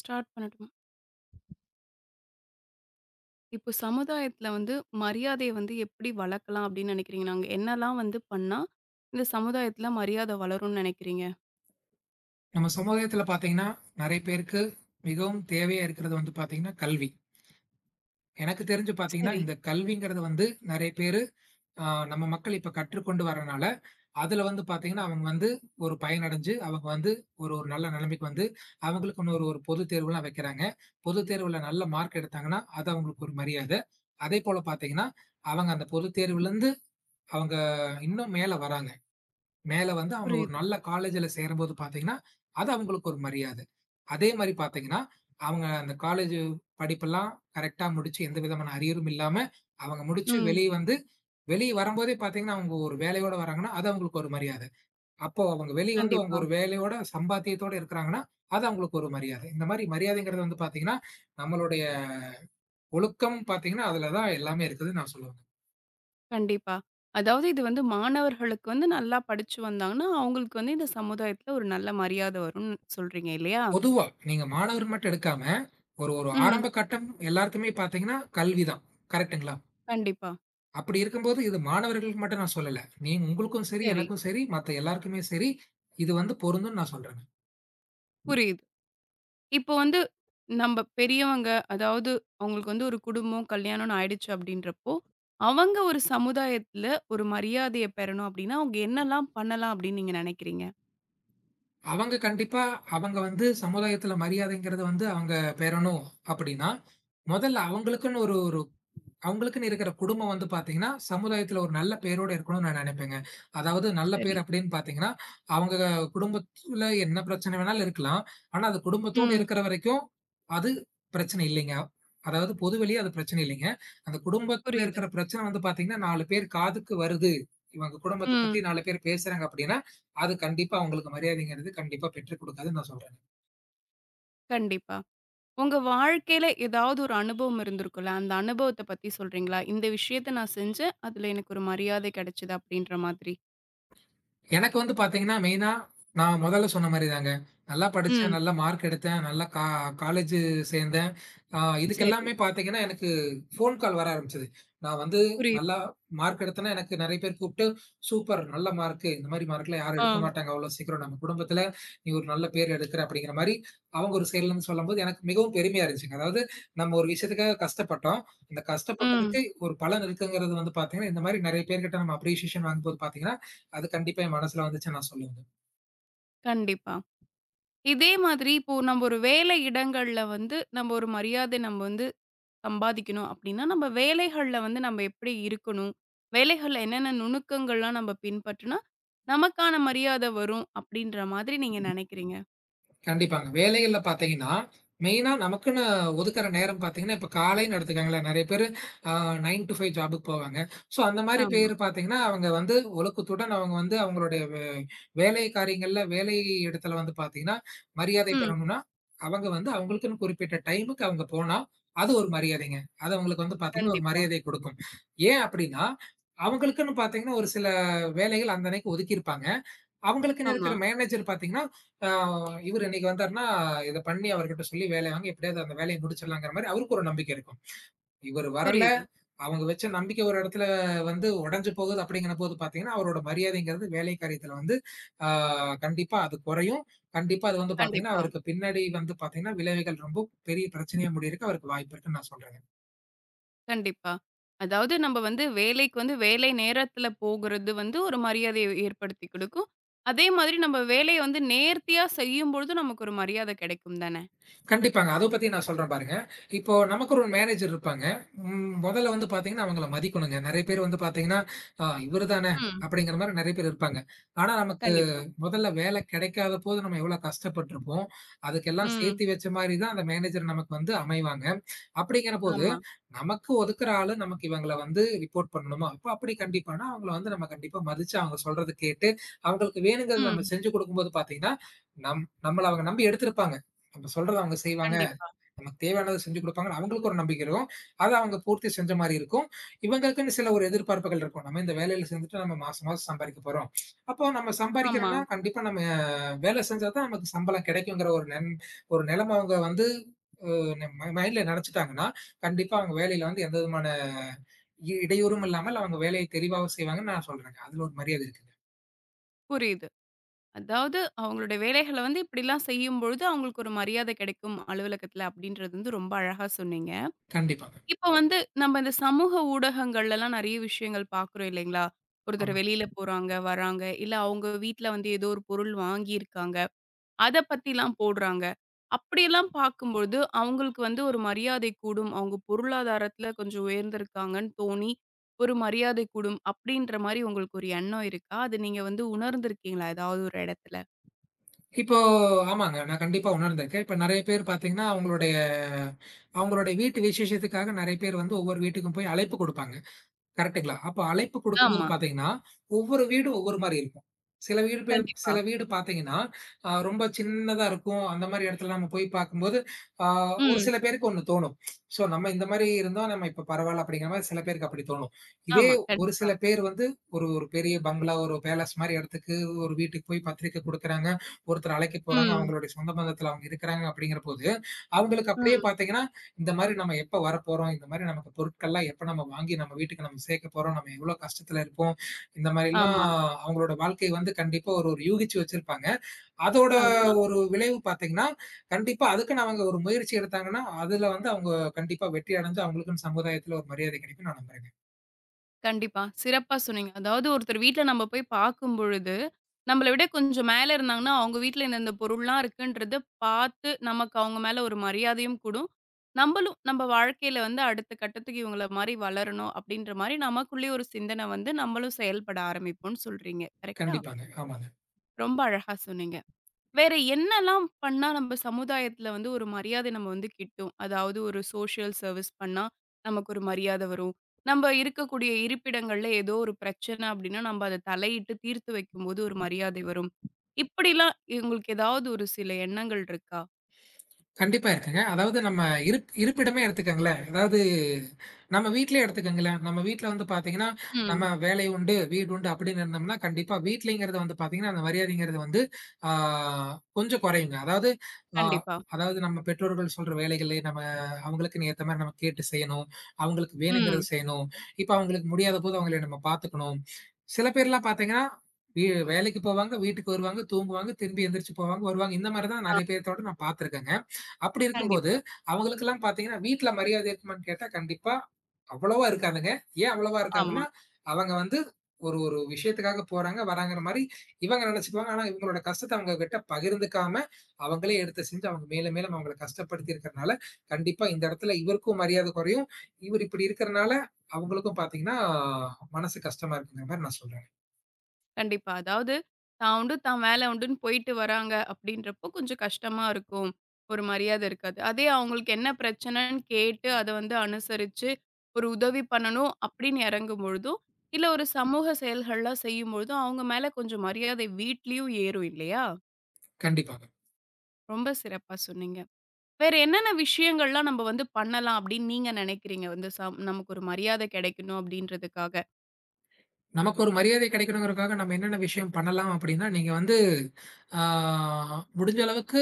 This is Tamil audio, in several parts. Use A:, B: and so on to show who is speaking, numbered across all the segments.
A: ஸ்டார்ட் பண்ணட்டும். இப்போ சமுதாயத்துல வந்து மரியாதைய வந்து எப்படி வளர்க்கலாம் அப்படின்னு நினைக்கிறீங்க? நாங்க என்னலாம் வந்து பண்ணா, இந்த சமுதாயத்துல மரியாதை வளரும்னு நினைக்கிறீங்க?
B: நம்ம சமுதாயத்துல பார்த்தீங்கன்னா, நெறைய பேருக்கு மிகவும் தேவையா இருக்கிறது வந்து பார்த்தீங்கன்னா, கல்வி. எனக்கு தெரிஞ்சு பார்த்தீங்கன்னா,
A: சரி.
B: இந்த கல்விங்கிறது வந்து நெறைய பேரு நம்ம மக்கள் இப்ப கற்றுக்கொண்டு வரனால, அதுல வந்து பார்த்தீங்கன்னா, அவங்க வந்து ஒரு பயனடைஞ்சு, அவங்க வந்து ஒரு ஒரு நல்ல நிலைமைக்கு வந்து, அவங்களுக்குன்னு ஒரு ஒரு பொதுத் தேர்வுலாம் வைக்கிறாங்க. பொதுத் தேர்வுல நல்ல மார்க் எடுத்தாங்கன்னா, அது அவங்களுக்கு ஒரு மரியாதை. அதேபோல பார்த்தீங்கன்னா, அவங்க அந்த பொதுத் தேர்வுலருந்து அவங்க இன்னும் மேல வராங்க. மேல வந்து அவங்க ஒரு
A: புரியுது.
B: நல்ல காலேஜ்ல சேரும்போது பார்த்தீங்கன்னா, அது அவங்களுக்கு ஒரு மரியாதை. அதே மாரி பார்த்தீங்கன்னா, அவங்க அந்த காலேஜ் படிப்பெல்லாம் கரெக்ட்டா முடிச்சு, எந்த விதமான அரியரும் இல்லாம, அவங்க முடிச்சு
A: ம்.
B: வெளிய வந்து, வெளிய வரும்போதே பார்த்தீங்கன்னா, அவங்க ஒரு வேலையோட வராங்கன்னா, அது அவங்களுக்கு ஒரு மரியாதை. அப்போ அவங்க வெளிய வந்து அவங்க
A: கண்டிப்பா,
B: ஒரு வேலையோட, சம்பாத்தியத்தோட இருக்கிறாங்கன்னா, அது அவங்களுக்கு ஒரு மரியாதை. இந்த மாரி மரியாதைங்கிறது வந்து பார்த்தீங்கன்னா, நம்மளுடைய ஒழுக்கம் பார்த்தீங்கன்னா, அதுல தான் எல்லாமே இருக்குதுன்னு நான் சொல்லுவேங்க.
A: கண்டிப்பா. அதாவது இது வந்து மாணவர்களுக்கு வந்து நல்லா படிச்சு வந்தாங்கன்னா, அவங்களுக்கு வந்து இந்த சமுதாயத்துல ஒரு நல்ல மரியாதை வரும்னு சொல்றீங்க இல்லையா?
B: பொதுவா நீங்க மாணவர் மட்டும் எடுக்காம, ஒரு ஒரு
A: ம்.
B: ஆரம்ப கட்டம் எல்லாருக்குமே பார்த்தீங்கன்னா, கல்வி தான். கரெக்ட்டுங்களா?
A: கண்டிப்பா.
B: அப்படி இருக்கும்போது இது மாணவர்களுக்கு மட்டும் நான் சொல்லல. நீ உங்களுக்கும் சரி,
A: சரி.
B: எனக்கும் சரி, மத்த எல்லாருக்குமே சரி, இது வந்து பொருந்தும்னு நான் சொல்றேங்க.
A: புரியுது. இப்போ வந்து நம்ம பெரியவங்க, அதாவது அவங்களுக்கு வந்து ஒரு குடும்பம், கல்யாணம்ன்னு ஆயிடுச்சு அப்படின்றப்போ, அவங்க ஒரு சமுதாயத்துல ஒரு மரியாதைய பெறணும் அப்படின்னா, அவங்க என்னலாம் பண்ணலாம் அப்படின்னு நீங்க நினைக்கிறீங்க?
B: அவங்க கண்டிப்பா அவங்க வந்து சமுதாயத்துல மரியாதைங்கிறது வந்து அவங்க பெறணும் அப்படின்னா, முதல்ல அவங்களுக்குன்னு ஒரு ஒரு அவங்களுக்குன்னு இருக்கிற குடும்பம் வந்து பார்த்தீங்கன்னா, சமுதாயத்தில ஒரு நல்ல பேரோட இருக்கணும்னு நான் நினைப்பேங்க. அதாவது நல்ல
A: சரி.
B: பேர் அப்படின்னு பார்த்தீங்கன்னா, அவங்க குடும்பத்தில என்ன பிரச்சனை வேணாலும் இருக்கலாம். ஆனா அது குடும்பத்தோட
A: ம்.
B: இருக்கிற வரைக்கும், அது பிரச்சனை இல்லைங்க. அதாவது பொதுவெளிய அது பிரச்சனை இல்லைங்க. அந்த குடும்பத்தில
A: புரியுது.
B: இருக்கிற பிரச்சனை வந்து பார்த்தீங்கன்னா, 4 பேர் காதுக்கு வருது. இவங்க குடும்பத்த பத்தி
A: ம்.
B: 4 பேர் பேசுறாங்க அப்படின்னா, அது கண்டிப்பா அவங்களுக்கு மரியாதைங்கிறது கண்டிப்பா பெற்றுக் கொடுக்காதுன்னு நான் சொல்றேன்.
A: கண்டிப்பா. உங்க வாழ்க்கையில ஏதாவது ஒரு அனுபவம் இருந்திருக்கும்ல, அந்த அனுபவத்த பத்தி சொல்றீங்களா? இந்த விஷயத்த நான் செஞ்சேன். அதுல எனக்கு ஒரு மரியாதை கிடைச்சது அப்படின்ற மாதிரி.
B: எனக்கு வந்து பார்த்தீங்கன்னா, மெயினா நான் முதல்ல சொன்ன மாரிதாங்க. நல்லா படிச்சேன்,
A: ம்.
B: நல்ல மார்க் எடுத்தேன், நல்லா காலேஜ் சேர்ந்தேன். இதுக்கு
A: சரி.
B: எல்லாமே பார்த்தீங்கன்னா, எனக்கு ஃபோன் கால் வர ஆரம்பிச்சது. நான் வந்து
A: புரியுது.
B: நல்லா மார்க் எடுத்தேன்னா, எனக்கு நெறைய பேர் கூப்ட்டு, "சூப்பர் நல்ல மார்க்கு. இந்த மாரி மார்க்லாம் யாரும் எடுக்க
A: ஆ.
B: மாட்டாங்க அவ்வளோ சீக்கிரம். நம்ம குடும்பத்துல நீ ஒரு நல்ல பேர் எடுக்குற" அப்படிங்கிற மாரி, அவங்க ஒரு சைட்ல இருந்து சொல்லும்போது எனக்கு மிகவும் பெருமையா இருந்துச்சுங்க. அதாவது நம்ம ஒரு விஷயத்துக்காக கஷ்டப்பட்டோம். அந்த
A: ம்.
B: கஷ்டப்பட்டதுக்கு ஒரு பலன் இருக்குங்கிறது வந்து பார்த்தீங்கன்னா, இந்த மாரி நெறைய பேர்கிட்ட நம்ம அப்ரிசியேஷன் வாங்கும்போது பார்த்தீங்கன்னா, அது கண்டிப்பா என் மனசுல வந்துச்சுன்னு நான் சொல்லுவேங்க.
A: கண்டிப்பா. இதே மாதிரி இப்போ நம்ம ஒரு வேலை இடங்கள்ல வந்து நம்ம ஒரு மரியாதை நம்ம வந்து சம்பாதிக்கணும் அப்படின்னா, நம்ம வேலைகள்ல வந்து நம்ம எப்படி இருக்கணும்? வேலைகள்ல என்னென்ன நுணுக்கங்கள்லாம் நம்ம பின்பற்றினா, நமக்கான மரியாதை வரும் அப்படின்ற மாதிரி நீங்க நினைக்கிறீங்க?
B: கண்டிப்பாங்க. வேலைகள்ல பார்த்தீங்கன்னா, மெயினா நமக்குன்னு ஒதுக்குற நேரம் பார்த்தீங்கன்னா, இப்ப காலைன்னு எடுத்துக்கங்களேன். நெறைய பேரு அ 9 டூ 5 ஜாபுக்கு போவாங்க. ஸோ அந்த மாரி
A: ஆமா.
B: பேரு பார்த்தீங்கன்னா, அவங்க வந்து ஒழுக்கத்துடன் அவங்க வந்து அவங்களுடைய வேலை காரியங்கள்ல, வேலை இடத்துல வந்து பார்த்தீங்கன்னா, மரியாதை
A: ம்.
B: பெறணும்னா, அவங்க வந்து அவங்களுக்குன்னு குறிப்பிட்ட டைமுக்கு அவங்க போனா, அது ஒரு மரியாதைங்க. அது அவங்களுக்கு வந்து பார்த்தீங்கன்னா, ஒரு
A: கண்டிப்பா.
B: மரியாதைய குடுக்கும். ஏன் அப்டின்னா, அவங்களுக்குன்னு பார்த்தீங்கன்னா, ஒரு சில வேலைகள் அந்த அன்னைக்கு ஒதுக்கியிருப்பாங்க. அவங்களுக்குன்னு
A: ஆமா.
B: இருக்கிற மேனேஜர் பார்த்தீங்கன்னா, ஆ இவரு இன்னைக்கு வந்தாருன்னா, இத பண்ணி அவர்கிட்ட சொல்லி வேலைய வாங்கி எப்படியாவது அந்த வேலைய முடிச்சிடலாங்கிற மாரி அவருக்கு ஒரு நம்பிக்கை இருக்கும். இவரு வரல,
A: புரியுது.
B: அவங்க வச்ச நம்பிக்கை ஒரு இடத்துல வந்து உடைஞ்சு போகுது அப்படிங்கிற போது பார்த்தீங்கன்னா, அவரோட மரியாதைங்கிறது வேலை காரியத்துல வந்து ஆ கண்டிப்பா அது குறையும். கண்டிப்பா அது வந்து பார்த்தீங்கன்னா,
A: கண்டிப்பா,
B: அவருக்கு பின்னாடி வந்து பார்த்தீங்கன்னா, விளைவுகள் ரொம்ப பெரிய பிரச்சனையா முடியறக்கு அவருக்கு வாய்ப்பு இருக்குன்னு நான் சொல்றேன்.
A: கண்டிப்பா. அதாவது நம்ம வந்து வேலைக்கு வந்து வேலை நேரத்துல போகுறது வந்து ஒரு மரியாதையை ஏற்படுத்திக் கொடுக்கும். அதே மாதிரி நம்ம வேலைய வந்து நேர்த்தியா செய்யும்பொழுது நமக்கு ஒரு மரியாதை கிடைக்கும் தானே?
B: கண்டிப்பாங்க. அத பத்தி நான் சொல்றேன் பாருங்க. இப்போ நமக்கு ஒரு மேனேஜர் இருப்பாங்க. மொதல்ல வந்து பாத்தீங்கன்னா, அவங்கள மதிக்கணுங்க. நெறைய பேர் வந்து பாத்தீங்கன்னா, "ஆ இவரு தானே"
A: ம்.
B: அப்படிங்கிற மாரி நெறைய பேர் இருப்பாங்க. ஆனா நமக்கு
A: கண்டிப்பா.
B: மொதல்ல வேலை கெடைக்காத போது நம்ம எவ்வளோ கஷ்டப்பட்டுருப்போம். அதுக்கெல்லாம்
A: ம்.
B: சேர்த்து வச்ச மாரி தான் அந்த மேனேஜர் நமக்கு வந்து அமைவாங்க. அப்படிங்கிற போது,
A: ஆமா.
B: நமக்கு ஒதுக்குற ஆளு நமக்கு இவங்கள வந்து ரிப்போர்ட் பண்ணணுமா? அப்ப அப்படி கண்டிப்பானா, அவங்கள வந்து நம்ம கண்டிப்பா மதிச்சு அவங்க சொல்றத கேட்டு, அவங்களுக்கு வேணுங்கிறத நம்ம
A: ம்.
B: செஞ்சு குடுக்கும்போது பாத்தீங்கன்னா, நம்மள அவங்க நம்பி எடுத்திருப்பாங்க. நம்ம சொல்றத அவங்க செய்வாங்க.
A: கண்டிப்பா.
B: நமக்கு தேவையானத செஞ்சு குடுப்பாங்கன்னு அவங்களுக்கு ஒரு நம்பிக்கை இருக்கும். அத அவங்க பூர்த்தி செஞ்ச மாரி இருக்கும். இவங்களுக்குன்னு சில ஒரு எதிர்பார்ப்புகள் இருக்கும். நம்ம இந்த வேலையில சேர்ந்துட்டு நம்ம மாசம், மாசம் சம்பாரிக்க போறோம். அப்போ நம்ம
A: ஆமா.
B: சம்பாரிக்கிறோம்னா, கண்டிப்பா நம்ம வேலை செஞ்சா தான் நமக்கு சம்பளம் கிடைக்குங்கிற ஒரு நெலம அவங்க வந்து மைண்ட்ல நெனச்சுட்டாங்கன்னா, கண்டிப்பா அவங்க வேலையில வந்து எந்த விதமான இடையூறும் இல்லாமல் அவங்க வேலையை தெளிவாவும் செய்வாங்கன்னு நான் சொல்றேங்க. அதுல ஒரு மரியாதை இருக்குங்க.
A: புரியுது. அதாவது அவங்களுடைய வேலைகள வந்து இப்படிலாம் செய்யும்பொழுது, அவங்களுக்கு ஒரு மரியாதை கிடைக்கும் அலுவலகத்தில அப்படின்றது வந்து ரொம்ப அழகா சொன்னீங்க.
B: கண்டிப்பாங்க.
A: இப்ப வந்து நம்ம இந்த சமூக ஊடகங்கள்லலாம் நெறைய விஷயங்கள் பார்க்குறோம் இல்லைங்களா? ஒருத்தர்
B: ஆமா.
A: வெளியில போறாங்க, வராங்க. இல்ல அவங்க வீட்ல வந்து ஏதோ ஒரு பொருள் வாங்கியிருக்காங்க. அத பத்திலாம் போடுறாங்க. அப்படியெல்லாம் பார்க்கும்பொழுது, அவங்களுக்கு வந்து ஒரு மரியாதை கூடும். அவங்க பொருளாதாரத்துல கொஞ்சம் உயர்ந்திருக்காங்கன்னு தோணி, ஒரு மரியாதை கூடும். அப்படின்ற மாரி உங்களுக்கு ஒரு எண்ணம் இருக்கா? அது நீங்க வந்து உணர்ந்திருக்கீங்களா? ஏதாவது ஒரு இடத்துல?
B: இப்போ ஆமாங்க. நான் கண்டிப்பா உணர்ந்திருக்கேன். இப்ப நெறைய பேர் பார்த்தீங்கன்னா, அவங்களுடைய அவங்களுடைய வீட்டு விசேஷத்துக்காக நெறைய பேர் வந்து ஒவ்வொரு வீட்டுக்கும் போய் அழைப்பு குடுப்பாங்க. கரெக்ட்டுங்களா? அப்ப அழைப்பு குடுக்கும்போது
A: ஆமா.
B: பார்த்தீங்கன்னா, ஒவ்வொரு வீடு ஒவ்வொரு மாரி இருக்கும். சில வீடு பேர்
A: கண்டிப்பா.
B: சில வீடு பார்த்தீங்கன்னா, ரொம்ப சின்னதா இருக்கும். அந்த மாரி இடத்துல நம்ம போய் பார்க்கும்போது, ஆ ஒரு
A: ம்.
B: சில பேருக்கு ஒண்ணு தோணும். "ஸோ நம்ம இந்த மாரி இருந்தா நம்ம இப்ப பரவால்ல." அப்படிங்கிற மாரி சில பேருக்கு அப்படி தோணும். இதே
A: ஆமா.
B: ஒரு
A: கண்டிப்பா.
B: சில பேர் வந்து ஒரு ஒரு பெரிய பங்களா, ஒரு பேலஸ் மாரி இடத்துக்கு ஒரு வீட்டுக்கு போய் பத்திரிக்கை குடுக்குறாங்க. ஒருத்தர் அழைக்க போறாங்க.
A: ம்.
B: அவங்களுடைய சொந்த பந்தத்துல அவங்க இருக்கிறாங்க அப்படிங்கிறபோது, அவங்களுக்கு அப்படியே
A: ம்.
B: பார்த்தீங்கன்னா, இந்த மாரி நம்ம எப்ப வரப்போறோம்? இந்த மாரி நமக்கு பொருட்கள்லாம் எப்ப நம்ம வாங்கி நம்ம வீட்டுக்கு நம்ம சேர்க்க போறோம்? நம்ம எவ்வளோ கஷ்டத்துல இருப்போம்? இந்த மாரிலாம்
A: ஆமா.
B: அவங்களோட வாழ்க்கை வந்து கண்டிப்பா ஒரு ஒரு யூகிச்சு வச்சிருப்பாங்க. அதோட
A: ஆமா.
B: ஒரு விளைவு பார்த்தீங்கன்னா, கண்டிப்பா அதுக்குன்னு அவங்க ஒரு முயற்சி எடுத்தாங்கன்னா, அதுல வந்து அவங்க கண்டிப்பா வெற்றி அடைஞ்சு அவங்களுக்குன்னு சமுதாயத்துல ஒரு மரியாதை கிடைக்கும்னு நான் நம்புறேங்க.
A: கண்டிப்பா. சிறப்பா சொன்னீங்க. அதாவது ஒருத்தர் வீட்ல நம்ம போய் பார்க்கும் பொழுது, நம்மள விட கொஞ்சம் மேல இருந்தாங்கன்னா, அவங்க வீட்ல இந்தந்த பொருள்லாம் இருக்குன்றத பார்த்து, நமக்கு அவங்க மேல ஒரு மரியாதையும் கூடும். நம்பளும் நம்ம வாழ்க்கையில வந்து அடுத்த கட்டத்துக்கு இவங்கள மாரி வளரணும், அப்படின்ற மாரி நமக்குள்ளேயே ஒரு சிந்தனை வந்து நம்மளும் செயல்பட ஆரம்பிப்போம்னு சொல்றீங்க. கரெக்ட்டா?
B: கண்டிப்பாங்க. ஆமாங்க.
A: ரொம்ப அழகா சொன்னீங்க. வேற என்னலாம் பண்ணா நம்ம சமுதாயத்துல வந்து ஒரு மரியாதை நம்ம வந்து கிட்டும்? அதாவது ஒரு சோஷியல் சர்விஸ் பண்ணா, நமக்கு ஒரு மரியாதை வரும். நம்ம இருக்கக்கூடிய இருப்பிடங்கள்ல ஏதோ ஒரு பிரச்சனை அப்டின்னா, நம்ம அத தலையிட்டு தீர்த்து வைக்கும்போது ஒரு மரியாதை வரும். இப்படிலாம் உங்களுக்கு ஏதாவது ஒரு சில எண்ணங்கள் இருக்கா?
B: கண்டிப்பா இருக்குங்க. அதாவது நம்ம இருப்பிடமே எடுத்துக்கங்களேன். அதாவது நம்ம வீட்லயே எடுத்துக்கங்களேன். நம்ம வீட்ல வந்து பாத்தீங்கன்னா, நம்ம
A: ம்.
B: வேலை உண்டு, வீடு உண்டு அப்படின்னு இருந்தோம்னா, கண்டிப்பா வீட்லங்கிறது வந்து பாத்தீங்கன்னா, அந்த மரியாதைங்கிறது வந்து ஆ கொஞ்சம் குறையுங்க. அதாவது ஆ
A: கண்டிப்பா.
B: அதாவது நம்ம பெற்றோர்கள் சொல்ற வேலைகளே நம்ம அவங்களுக்குன்னு ஏத்த மாரி நம்ம கேட்டு செய்யணும். அவங்களுக்கு வேணுங்கிறத
A: ம்.
B: செய்யணும். இப்ப அவங்களுக்கு முடியாத போது அவங்கள நம்ம பாத்துக்கணும். சில பேர்லாம் பாத்தீங்கன்னா, வீ வேலைக்கு போவாங்க, வீட்டுக்கு வருவாங்க, தூங்குவாங்க, திரும்பி எந்திரிச்சு போவாங்க, வருவாங்க. இந்த மாரி தான்
A: ஆ.
B: நெறைய பேத்தோட நான் பாத்துருக்கேங்க. அப்படி இருக்கும்போது,
A: கண்டிப்பா.
B: அவங்களுக்கெல்லாம் பார்த்தீங்கன்னா, வீட்ல மரியாதை இருக்குமான்னு கேட்டா, கண்டிப்பா அவ்வளவா இருக்காதுங்க. ஏன் அவ்வளவா
A: ஆமா.
B: இருக்காதுன்னா, அவங்க வந்து ஒரு ஒரு விஷயத்துக்காக போறாங்க, வராங்கற மாரி இவங்க நெனச்சுக்குவாங்க. ஆனா இவங்களோட கஷ்டத்த அவங்ககிட்ட பகிர்ந்துக்காம, அவங்களே எடுத்து செஞ்சு அவங்க மேலும் மேலும் அவங்கள கஷ்டப்படுத்தி இருக்கறனால, கண்டிப்பா இந்த இடத்துல இவருக்கும் மரியாதை குறையும். இவர் இப்படி இருக்கறனால, அவங்களுக்கும் பார்த்தீங்கன்னா, மனசு கஷ்டமா இருக்குங்கிற மாரி நான் சொல்றேங்க.
A: கண்டிப்பா. அதாவது தான் உண்டு, தான் வேலை உண்டுன்னு போயிட்டு வராங்க அப்படின்றப்போ கொஞ்சம் கஷ்டமா இருக்கும். ஒரு மரியாதை இருக்காது. அதே அவங்களுக்கு என்ன பிரச்சனைன்னு கேட்டு அத வந்து அனுசரிச்சு, ஒரு உதவி பண்ணணும் அப்படின்னு இறங்கும்பொழுதும், இல்ல ஒரு சமூக செயல்கள்லாம் செய்யும்பொழுதும், அவங்க மேல கொஞ்சம் மரியாதை வீட்லயும் ஏறும் இல்லையா?
B: கண்டிப்பா.
A: ரொம்ப சிறப்பா சொன்னீங்க. வேற என்னென்ன விஷயங்கள்லாம் நம்ம வந்து பண்ணலாம் அப்படின்னு நீங்க நினைக்கிறீங்க? வந்து சம் நமக்கு ஒரு மரியாதை கிடைக்கணும் அப்படின்றதுக்காக.
B: நமக்கு ஒரு மரியாதை கிடைக்கணுங்கிறதுக்காக நம்ம என்னென்ன விஷயம் பண்ணலாம் அப்டின்னா, நீங்க வந்து ஆ முடிஞ்ச அளவுக்கு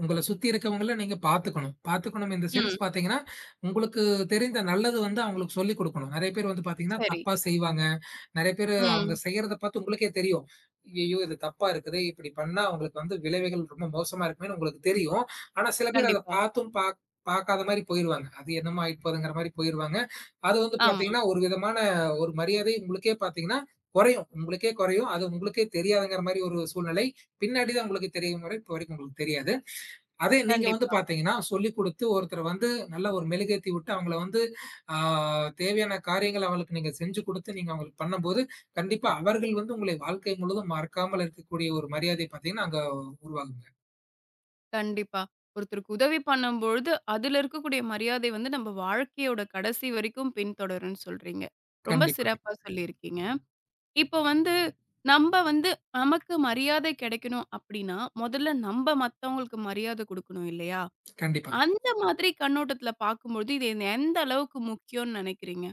B: உங்கள சுத்தி இருக்கவங்கள நீங்க பார்த்துக்கணும். பார்த்துக்கணும் இன் த சென்ஸ்
A: ம்.
B: பார்த்தீங்கன்னா, உங்களுக்கு தெரிந்த நல்லது வந்து அவங்களுக்கு சொல்லிக் குடுக்கணும். நெறைய பேர் வந்து பார்த்தீங்கன்னா,
A: சரி.
B: தப்பா செய்வாங்க. நெறைய பேரு அவங்க
A: ம்.
B: செய்யறத பார்த்து உங்களுக்கே தெரியும். ஐய்யய்யோ! இது தப்பா இருக்குதே! இப்படி பண்ணா அவங்களுக்கு வந்து விளைவுகள் ரொம்ப மோசமா இருக்குமேன்னு உங்களுக்கு தெரியும். ஆனா சில பேர் அத
A: கண்டிப்பா.
B: பார்த்தும் பார்க்காத மாரி போயிருவாங்க. அது என்னமோ ஆயிப்போதுங்கிற மாரி போயிருவாங்க. அது வந்து
A: ஆமா.
B: பார்த்தீங்கன்னா, ஒரு விதமான ஒரு மரியாதை உங்களுக்கே பார்த்தீங்கன்னா குறையும். உங்களுக்கே குறையும். அது உங்களுக்கே தெரியாதுங்கிற மாரி ஒரு சூழ்நிலை. பின்னாடி தான் உங்களுக்கு தெரியும் வரை இப்போ வரைக்கும் உங்களுக்கு தெரியாது. அதே நீங்க வந்து
A: கண்டிப்பா.
B: பார்த்தீங்கன்னா, சொல்லிக் குடுத்து ஒருத்தர வந்து நல்ல ஒரு மெழுகேத்தி விட்டு அவங்கள வந்து ஆ தேவையான காரியங்கள் அவளுக்கு நீங்க செஞ்சு குடுத்து, நீங்க அவங்களுக்கு பண்ணும்போது, கண்டிப்பா அவர்கள் வந்து உங்களை வாழ்க்கை முழுதும் மறக்காமல் இருக்கக்கூடிய ஒரு மரியாதை பார்த்தீங்கன்னா, அங்க உருவாகுங்க.
A: கண்டிப்பா. ஒருத்தருக்கு உதவி பண்ணும்பொழுது, அதுல இருக்கக்கூடிய மரியாதை வந்து நம்ம வாழ்க்கையோட கடைசி வரைக்கும் பின்தொடரும்ன்னு சொல்றீங்க. ரொம்ப
B: கண்டிப்பாங்க,
A: சிறப்பா சொல்லியிருக்கீங்க. இப்போ வந்து நம்ப வந்து நமக்கு மரியாதை கிடைக்கணும் அப்டின்னா, முதல்ல நம்ப மத்தவங்களுக்கு மரியாதை குடுக்கணும் இல்லையா?
B: கண்டிப்பாங்க.
A: அந்த மாதிரி கண்ணோட்டத்துல பார்க்கும்பொழுது, இது என் எந்த அளவுக்கு முக்கியம்னு நினைக்கிறீங்க?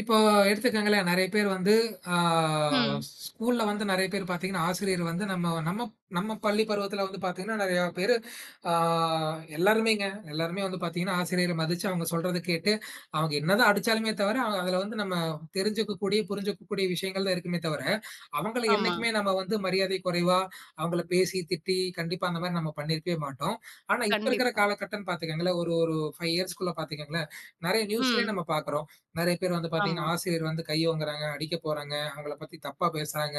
B: இப்போ எடுத்துக்கங்களேன், நெறைய பேர் வந்து ஆ
A: ம்.
B: ஸ்கூல்ல வந்து நெறைய பேர் பார்த்தீங்கன்னா, ஆசிரியர் வந்து நம்ம நம்ம நம்ம பள்ளி பருவத்தில வந்து பார்த்தீங்கன்னா, நெறையா பேரு ஆ எல்லாருமேங்க, எல்லாருமே வந்து பார்த்தீங்கன்னா, ஆசிரியர மதிச்சு அவங்க சொல்றத கேட்டு, அவங்க என்னதான் அடிச்சாலுமே தவிர, அதில வந்து நம்ம தெரிஞ்சுக்கக்கூடிய, புரிஞ்சுக்கக்கூடிய விஷயங்கள் தான் இருக்குமே தவிர, அவங்கள
A: ஆமா.
B: என்னைக்குமே நம்ம வந்து மரியாதை குறைவா, அவங்கள பேசி, திட்டி, கண்டிப்பா அந்த மாரி நம்ம பண்ணியிருக்கவே மாட்டோம். ஆனா, இப்ப இருக்கிற
A: கண்டிப்பா.
B: காலகட்டம்ன்னு பார்த்துக்கங்களேன், ஒரு ஒரு 5 இயர்ஸ்க்குள்ள பார்த்துக்கங்களேன், நெறைய நியூஸ்லயே
A: ம்.
B: நம்ம பார்க்குறோம். நெறைய பேர் வந்து
A: ஆமா.
B: பார்த்தீங்கன்னா, ஆசிரியர் வந்து கை ஓங்குறாங்க, அடிக்க போறாங்க, அவங்கள பத்தி தப்பா பேசுறாங்க.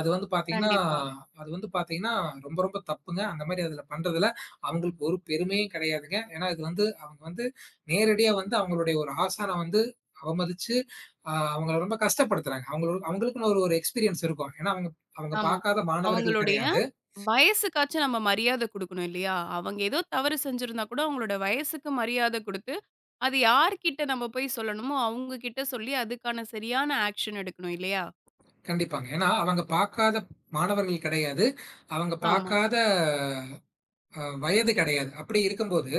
B: அது வந்து பாத்தீங்கன்னா
A: கண்டிப்பா.
B: அது வந்து பாத்தீங்கன்னா, ரொம்ப ரொம்ப தப்புங்க. அந்த மாரி அதுல பண்றதுல அவங்களுக்கு ஒரு பெருமையும் கெடையாதுங்க. ஏன்னா இது வந்து அவங்க வந்து நேரடியா வந்து அவங்களுடைய ஒரு ஆசான வந்து அவமதிச்சு, அவங்கள ரொம்ப கஷ்டப்படுத்துறாங்க. அவங்களோ அவங்களுக்குன்னு ஒரு ஒரு எக்ஸ்பீரியன்ஸ் இருக்கும். ஏன்னா அவங்க அவங்க
A: ஆமா.
B: பாக்காத மாணவர்கள்
A: அவங்களுடைய
B: கெடையாது.
A: வயசுக்காச்சும் நம்ம மரியாதை குடுக்கணும் இல்லையா? அவங்க ஏதோ தவறு செஞ்சிருந்தா கூட அவங்களோட வயசுக்கு மரியாதை குடுத்து, அது யார்கிட்ட நம்ம போய் சொல்லணுமோ, அவங்க கிட்ட சொல்லி அதுக்கான சரியான ஆக்ஷன் எடுக்கணும் இல்லையா?
B: கண்டிப்பாங்க. ஏன்னா அவங்க பாக்காத மாணவர்கள் கெடையாது. அவங்க
A: ஆமா.
B: பாக்காத வயது கெடையாது. அப்படி இருக்கும்போது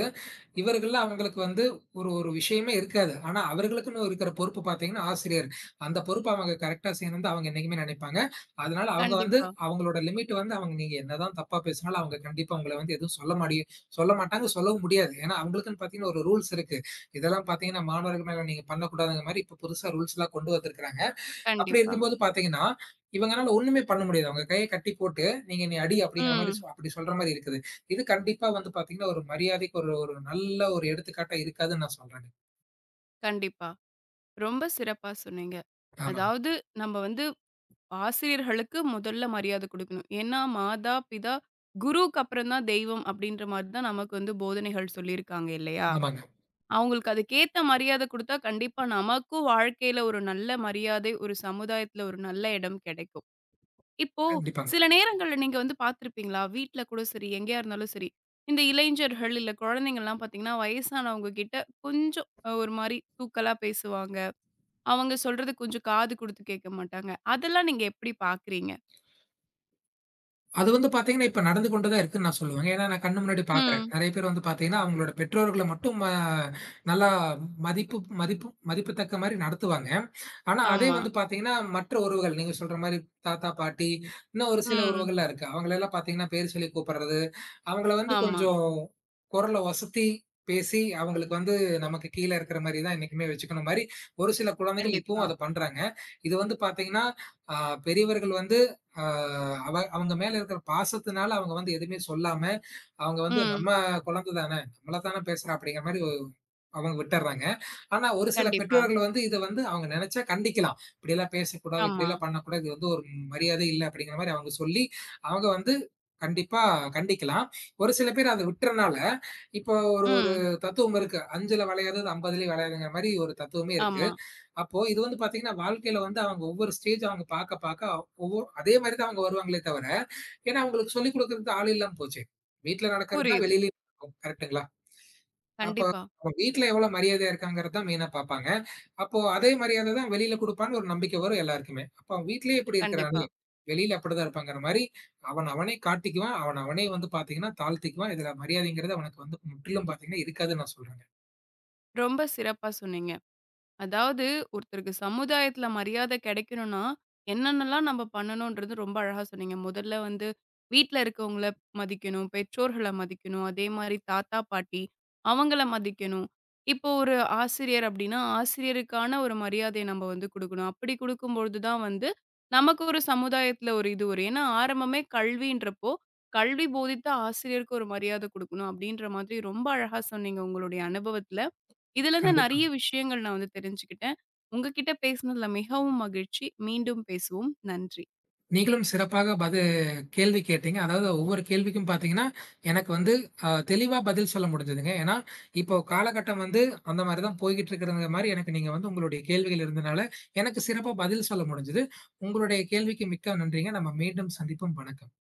B: இவர்கள்ல அவங்களுக்கு வந்து ஒரு ஒரு விஷயமே இருக்காது. ஆனா, அவர்களுக்குன்னு இருக்கிற பொறுப்பு பார்த்தீங்கன்னா, ஆசிரியர். அந்த பொறுப்ப அவங்க கரெக்ட்டா செய்யணும்னு தான் அவங்க என்னைக்குமே நினைப்பாங்க. அதனால அவங்க வந்து
A: கண்டிப்பா,
B: அவங்களோட லிமிட் வந்து அவங்க நீங்க என்னதான் தப்பா பேசினாலும், அவங்க கண்டிப்பா உங்கள வந்து எதுவும் சொல்ல மாட்டாங்க, சொல்லவும் முடியாது. ஏன்னா, அவங்களுக்குன்னு பார்த்தீங்கன்னா ஒரு ரூல்ஸ் இருக்கு. இதெல்லாம் பார்த்தீங்கன்னா, மாணவர்கள் மேல நீங்க பண்ணக்கூடாதுங்கிற மாரி இப்ப புதுசா ரூல்ஸ்லாம் கொண்டு வந்திருக்கிறாங்க. அப்படி
A: கண்டிப்பா.
B: இருக்கும்போது பார்த்தீங்கன்னா, இவங்கனால ஒண்ணுமே பண்ண முடியாது. அவங்க கைய கட்டி போட்டு, "நீங்க என்னைய அடி" அப்படிங்கிற மாரி
A: ம்.
B: அப்படி சொல்ற மாரி இருக்குது. இது கண்டிப்பா வந்து பார்த்தீங்கன்னா, ஒரு மரியாதைக்கு ஒரு ஒரு நல்ல ஒரு எடுத்துக்காட்டா இருக்காதுன்னு நான் சொல்றேங்க.
A: கண்டிப்பா. ரொம்ப சிறப்பா சொன்னீங்க.
B: ஆமாங்க,
A: அதாவது நம்ம வந்து ஆசிரியர்களுக்கு முதல்ல மரியாதை குடுக்கணும். ஏன்னா, மாதா, பிதா, குருவுக்கு அப்புறம் தான் தெய்வம் அப்படின்ற மாரி தான் நமக்கு வந்து போதனைகள் சொல்லியிருக்காங்க இல்லையா?
B: ஆமாங்க.
A: அவங்களுக்கு அதுக்கேத்த மரியாதை குடுத்தா, கண்டிப்பா நமக்கும் வாழ்க்கையில ஒரு நல்ல மரியாதை, ஒரு சமுதாயத்துல ஒரு நல்ல இடம் கிடைக்கும். இப்போ
B: கண்டிப்பாங்க.
A: சில நேரங்கள்ல நீங்க வந்து பார்த்திருப்பீங்களா? வீட்ல கூட சரி, எங்கேயா இருந்தாலும் சரி, இந்த இளைஞர்கள் இல்ல குழந்தைங்கள்லாம் பார்த்தீங்கன்னா, வயசானவங்க கிட்ட கொஞ்சம் ஒரு மாரி தூக்கலா பேசுவாங்க. அவங்க சொல்றது கொஞ்சம் காது குடுத்து கேட்க மாட்டாங்க. அதெல்லாம் நீங்க எப்படி பார்க்குறீங்க?
B: அது வந்து பார்த்தீங்கன்னா, இப்ப நடந்து கொண்டு தான் இருக்குன்னு நான் சொல்லுவேங்க. ஏன்னா, நான் கண்ணு முன்னாடி பார்க்குறேன்.
A: ம்.
B: நெறைய பேர் வந்து பார்த்தீங்கன்னா, அவங்களோட பெற்றோர்கள மட்டும் நல்லா மதிப்பு மதிப்பு மதிப்புத்தக்க மாரி நடத்துவாங்க. ஆனா, அதே
A: ஆமா.
B: வந்து பார்த்தீங்கன்னா, மற்ற உறவுகள் நீங்க சொல்ற மாரி தாத்தா, பாட்டி இன்னும் ஒரு சில
A: ம்.
B: உறவுகள்லாம் இருக்கு. அவங்களலாம் பார்த்தீங்கன்னா, பேர் சொல்லி கூப்பிடுறது, அவங்கள வந்து
A: ஆமா.
B: கொஞ்சம் குரல ஒசத்தி பேசி, அவங்களுக்கு வந்து நமக்கு கீழ இருக்கிற மாரி தான் என்னைக்குமே வச்சுக்கணும் மாரி, ஒரு சில குழந்தைகள் இப்பவும்
A: கண்டிப்பா.
B: அத பண்றாங்க. இது வந்து பார்த்தீங்கன்னா, அ பெரியவர்கள் வந்து ஆ அவங்க மேல இருக்கிற பாசத்தினால அவங்க வந்து எதுவுமே சொல்லாம, அவங்க வந்து
A: ம்.
B: நம்ம குழந்தை தானே, நம்மள தானே பேசுறா அப்படிங்கிற மாரி அவங்க விட்டுர்றாங்க. ஆனா ஒரு சில
A: கண்டிப்பா.
B: பெற்றோர்கள் வந்து இத வந்து அவங்க நெனச்சா கண்டிக்கலாம். இப்படியெல்லாம் பேசக்கூடாது,
A: ஆமா.
B: இப்படியெல்லாம் பண்ணக்கூடாது. இது வந்து ஒரு மரியாதை இல்ல அப்படிங்கிற மாரி அவங்க சொல்லி, அவங்க வந்து கண்டிப்பா கண்டிக்கலாம். ஒரு சில பேர் அத விட்டுறனால, இப்போ ஒரு ஒரு
A: ம்.
B: தத்துவம் இருக்கு. "5ல வளையாதது 50லயும் வளையாதுங்கிற" மாரி ஒரு தத்துவமே இருக்கு.
A: ஆமா.
B: அப்போ இது வந்து பார்த்தீங்கன்னா, வாழ்க்கையில வந்து அவங்க ஒவ்வொரு ஸ்டேஜ் அவங்க பார்க்க பார்க்க, அதே மாரி தான் அவங்க வருவாங்களே தவிர, ஏன்னா அவங்களுக்கு சொல்லிக் குடுக்குறதுக்கு ஆள் இல்லாம போச்சு. வீட்ல நடக்கிறது தான்
A: புரியுது.
B: வெளியிலயும் நடக்கும். கரெக்ட்டுங்களா? அப்போ
A: கண்டிப்பா,
B: அவங்க வீட்ல எவ்வளோ மரியாதையா இருக்காங்கிறது தான் மெயினா பார்ப்பாங்க. அப்போ அதே மரியாதை தான் வெளியில குடுப்பான்னு ஒரு நம்பிக்கை வரும் எல்லாருக்குமே. அப்போ அவன் வீட்லயே இப்படி
A: கண்டிப்பா.
B: இருக்கிறானே, வெளியில அப்படிதான் இருப்பாங்கிற மாரி, அவன் அவனே காட்டிக்குவான். அவன் அவனே வந்து பார்த்தீங்கன்னா, தாழ்த்திக்குவான். இதுல மரியாதைங்கிறது அவனுக்கு வந்து முற்றிலும் பார்த்தீங்கன்னா, இருக்காதுன்னு நான் சொல்றேங்க.
A: ரொம்ப சிறப்பா சொன்னீங்க. அதாவது ஒருத்தருக்கு சமுதாயத்துல மரியாதை கிடைக்கணும்னா, என்னென்னலாம் நம்ம பண்ணணும்ன்றது ரொம்ப அழகா சொன்னீங்க. முதல்ல வந்து வீட்ல இருக்கவங்கள மதிக்கணும், பெற்றோர்கள மதிக்கணும், அதே மாரி தாத்தா, பாட்டி அவங்கள மதிக்கணும். இப்போ ஒரு ஆசிரியர் அப்டின்னா, ஆசிரியருக்கான ஒரு மரியாதைய நம்ம வந்து குடுக்கணும். அப்படி குடுக்கும்பொழுது தான் வந்து நமக்கு ஒரு சமுதாயத்துல ஒரு இது வரும். ஏன்னா ஆரம்பமே கல்வின்றப்போ, கல்வி போதித்த ஆசிரியருக்கு ஒரு மரியாதை குடுக்கணும் அப்டின்ற மாதிரி ரொம்ப அழகா சொன்னீங்க உங்களுடைய அனுபவத்துல. இதுலருந்து
B: கண்டிப்பா.
A: நெறைய விஷயங்கள் நான் வந்து தெரிஞ்சுக்கிட்டேன். உங்ககிட்ட பேசினதுல மிகவும் மகிழ்ச்சி. மீண்டும் பேசுவோம். நன்றி.
B: நீங்களும் சிறப்பாக கேள்வி கேட்டீங்க. அதாவது ஒவ்வொரு கேள்விக்கும் பார்த்தீங்கன்னா, எனக்கு வந்து தெளிவா பதில் சொல்ல முடிஞ்சதுங்க. ஏன்னா, இப்போ காலகட்டம் வந்து அந்த மாரி தான் போய்க்கிட்டு இருக்கிறது மாரி எனக்கு நீங்க வந்து உங்களுடைய கேள்விகள் இருந்தனால, எனக்கு சிறப்பா பதில் சொல்ல முடிஞ்சது. உங்களுடைய கேள்விக்கு மிக்க நன்றிங்க. நம்ம மீண்டும் சந்திப்போம். வணக்கம்.